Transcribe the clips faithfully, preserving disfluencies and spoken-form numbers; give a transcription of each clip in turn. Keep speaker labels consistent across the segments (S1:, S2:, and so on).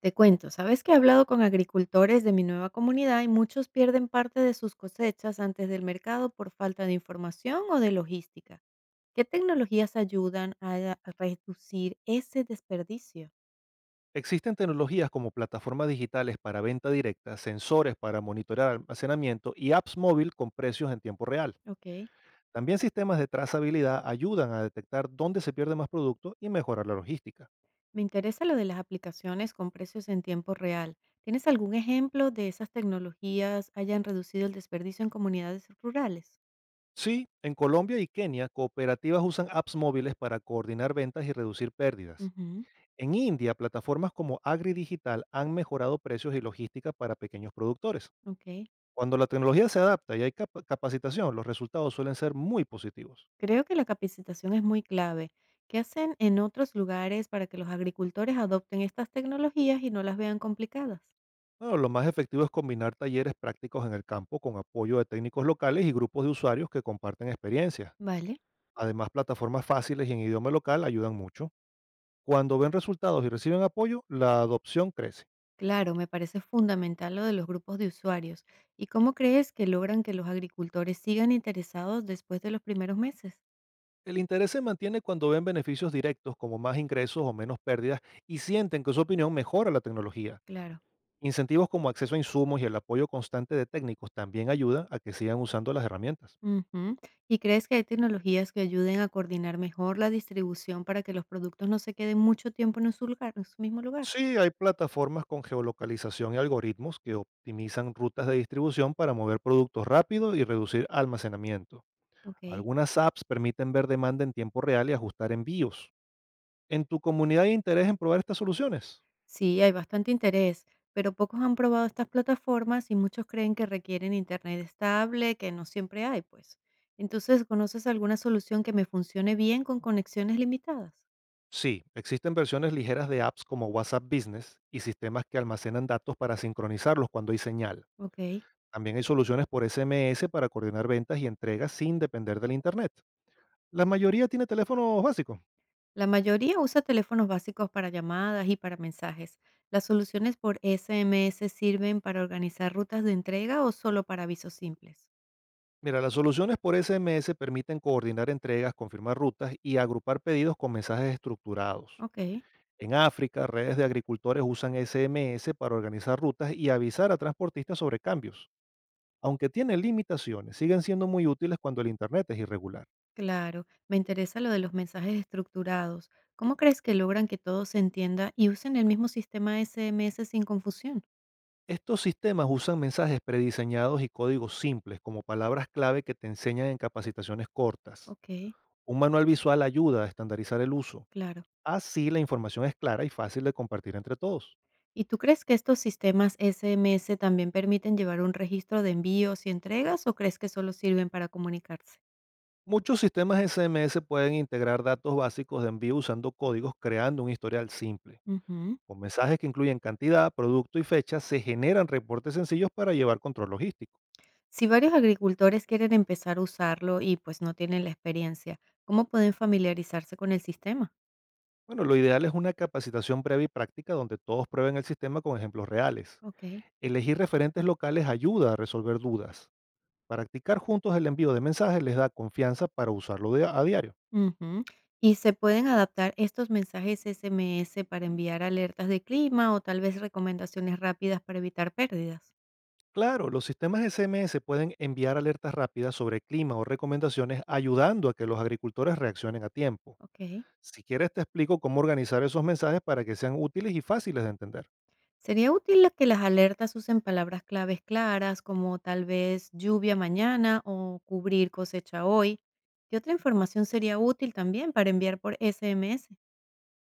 S1: Te cuento, sabes que he hablado con agricultores de mi nueva comunidad y muchos pierden parte de sus cosechas antes del mercado por falta de información o de logística. ¿Qué tecnologías ayudan a a reducir ese desperdicio?
S2: Existen tecnologías como plataformas digitales para venta directa, sensores para monitorear almacenamiento y apps móvil con precios en tiempo real.
S1: Ok,
S2: También sistemas de trazabilidad ayudan a detectar dónde se pierde más producto y mejorar la logística.
S1: me interesa lo de las aplicaciones con precios en tiempo real. ¿Tienes algún ejemplo de esas tecnologías hayan reducido el desperdicio en comunidades rurales?
S2: Sí, en Colombia y Kenia, cooperativas usan apps móviles para coordinar ventas y reducir pérdidas.
S1: Ujú,
S2: En India, plataformas como AgriDigital han mejorado precios y logística para pequeños productores.
S1: ok.
S2: Cuando la tecnología se adapta y hay cap- capacitación, los resultados suelen ser muy positivos.
S1: Creo que la capacitación es muy clave. ¿Qué hacen en otros lugares para que los agricultores adopten estas tecnologías y no las vean complicadas?
S2: Bueno, lo más efectivo es combinar talleres prácticos en el campo con apoyo de técnicos locales y grupos de usuarios que comparten experiencias.
S1: Vale.
S2: Además, plataformas fáciles y en idioma local ayudan mucho. Cuando ven resultados y reciben apoyo, la adopción crece.
S1: Claro, me parece fundamental lo de los grupos de usuarios. ¿Y cómo crees que logran que los agricultores sigan interesados después de los primeros meses?
S2: El interés se mantiene cuando ven beneficios directos como más ingresos o menos pérdidas y sienten que su opinión mejora la tecnología.
S1: Claro.
S2: Incentivos como acceso a insumos y el apoyo constante de técnicos también ayudan a que sigan usando las herramientas.
S1: Ujú. ¿Y crees que hay tecnologías que ayuden a coordinar mejor la distribución para que los productos no se queden mucho tiempo en un su lugar, en su mismo lugar?
S2: Sí, hay plataformas con geolocalización y algoritmos que optimizan rutas de distribución para mover productos rápido y reducir almacenamiento.
S1: Ok.
S2: Algunas apps permiten ver demanda en tiempo real y ajustar envíos. ¿En tu comunidad hay interés en probar estas soluciones?
S1: Sí, hay bastante interés, pero pocos han probado estas plataformas y muchos creen que requieren internet estable, que no siempre hay, pues. Entonces, ¿conoces alguna solución que me funcione bien con conexiones limitadas?
S2: Sí, existen versiones ligeras de apps como WhatsApp Business y sistemas que almacenan datos para sincronizarlos cuando hay señal.
S1: Ok.
S2: También hay soluciones por S M S para coordinar ventas y entregas sin depender del Internet. La mayoría tiene teléfonos básicos.
S1: La mayoría usa teléfonos básicos para llamadas y para mensajes. ¿Las soluciones por S M S sirven para organizar rutas de entrega o solo para avisos simples?
S2: Mira, las soluciones por S M S permiten coordinar entregas, confirmar rutas y agrupar pedidos con mensajes estructurados.
S1: Ok.
S2: En África, redes de agricultores usan S M S para organizar rutas y avisar a transportistas sobre cambios. Aunque tienen limitaciones, siguen siendo muy útiles cuando el Internet es irregular.
S1: Claro, me interesa lo de los mensajes estructurados. ¿Cómo crees que logran que todo se entienda y usen el mismo sistema S M S sin confusión?
S2: Estos sistemas usan mensajes prediseñados y códigos simples como palabras clave que te enseñan en capacitaciones cortas.
S1: Ok,
S2: Un manual visual ayuda a estandarizar el uso.
S1: claro.
S2: Así la información es clara y fácil de compartir entre todos.
S1: ¿Y tú crees que estos sistemas S M S también permiten llevar un registro de envíos y entregas o crees que solo sirven para comunicarse?
S2: Muchos sistemas S M S pueden integrar datos básicos de envío usando códigos creando un historial simple.
S1: Ujú.
S2: Con mensajes que incluyen cantidad, producto y fecha, se generan reportes sencillos para llevar control logístico.
S1: Si varios agricultores quieren empezar a usarlo y pues no tienen la experiencia, ¿cómo pueden familiarizarse con el sistema?
S2: Bueno, lo ideal es una capacitación breve y práctica donde todos prueben el sistema con ejemplos reales.
S1: Ok.
S2: Elegir referentes locales ayuda a resolver dudas. Practicar juntos el envío de mensajes les da confianza para usarlo de- a diario.
S1: Ujú. ¿Y se pueden adaptar estos mensajes S M S para enviar alertas de clima o tal vez recomendaciones rápidas para evitar pérdidas?
S2: Claro, los sistemas S M S pueden enviar alertas rápidas sobre clima o recomendaciones ayudando a que los agricultores reaccionen a tiempo.
S1: Ok.
S2: Si quieres te explico cómo organizar esos mensajes para que sean útiles y fáciles de entender.
S1: Sería útil la- que las alertas usen palabras claves claras como tal vez lluvia mañana o cubrir cosecha hoy. ¿Qué otra información sería útil también para enviar por S M S?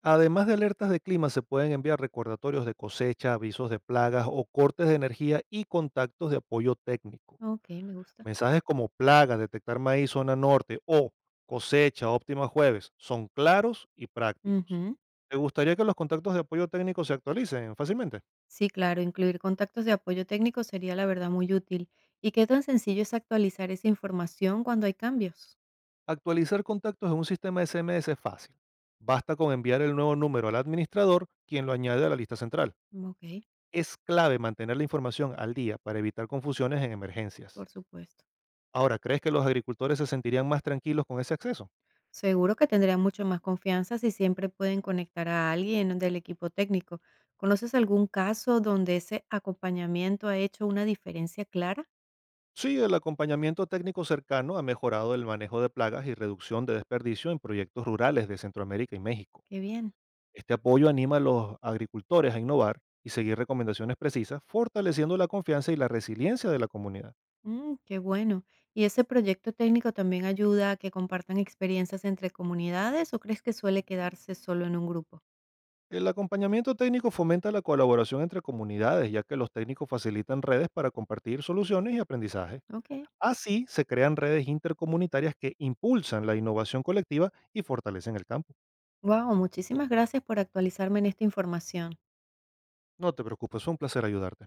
S2: Además de alertas de clima, se pueden enviar recordatorios de cosecha, avisos de plagas o cortes de energía y contactos de apoyo técnico.
S1: Ok, me gusta.
S2: Mensajes como plaga, detectar maíz zona norte o cosecha óptima jueves son claros y prácticos.
S1: Ujú.
S2: ¿Te gustaría que los contactos de apoyo técnico se actualicen fácilmente?
S1: Sí, claro, incluir contactos de apoyo técnico sería la verdad muy útil. ¿Y qué tan sencillo es actualizar esa información cuando hay cambios?
S2: Actualizar contactos en un sistema S M S es fácil. Basta con enviar el nuevo número al administrador, quien lo añade a la lista central.
S1: Ok,
S2: Es clave mantener la información al día para evitar confusiones en emergencias.
S1: por supuesto.
S2: Ahora, ¿crees que los agricultores se sentirían más tranquilos con ese acceso?
S1: Seguro que tendría mucho más confianza si siempre pueden conectar a alguien del equipo técnico. ¿Conoces algún caso donde ese acompañamiento ha hecho una diferencia clara?
S2: Sí, el acompañamiento técnico cercano ha mejorado el manejo de plagas y reducción de desperdicio en proyectos rurales de Centroamérica y México.
S1: Qué bien.
S2: Este apoyo anima a los agricultores a innovar y seguir recomendaciones precisas, fortaleciendo la confianza y la resiliencia de la comunidad.
S1: Mm, qué bueno. ¿Y ese proyecto técnico también ayuda a que compartan experiencias entre comunidades o crees que suele quedarse solo en un grupo?
S2: El acompañamiento técnico fomenta la colaboración entre comunidades, ya que los técnicos facilitan redes para compartir soluciones y aprendizaje.
S1: Ok,
S2: Así se crean redes intercomunitarias que impulsan la innovación colectiva y fortalecen el campo.
S1: wow, muchísimas gracias por actualizarme en esta información.
S2: No te preocupes, fue un placer ayudarte.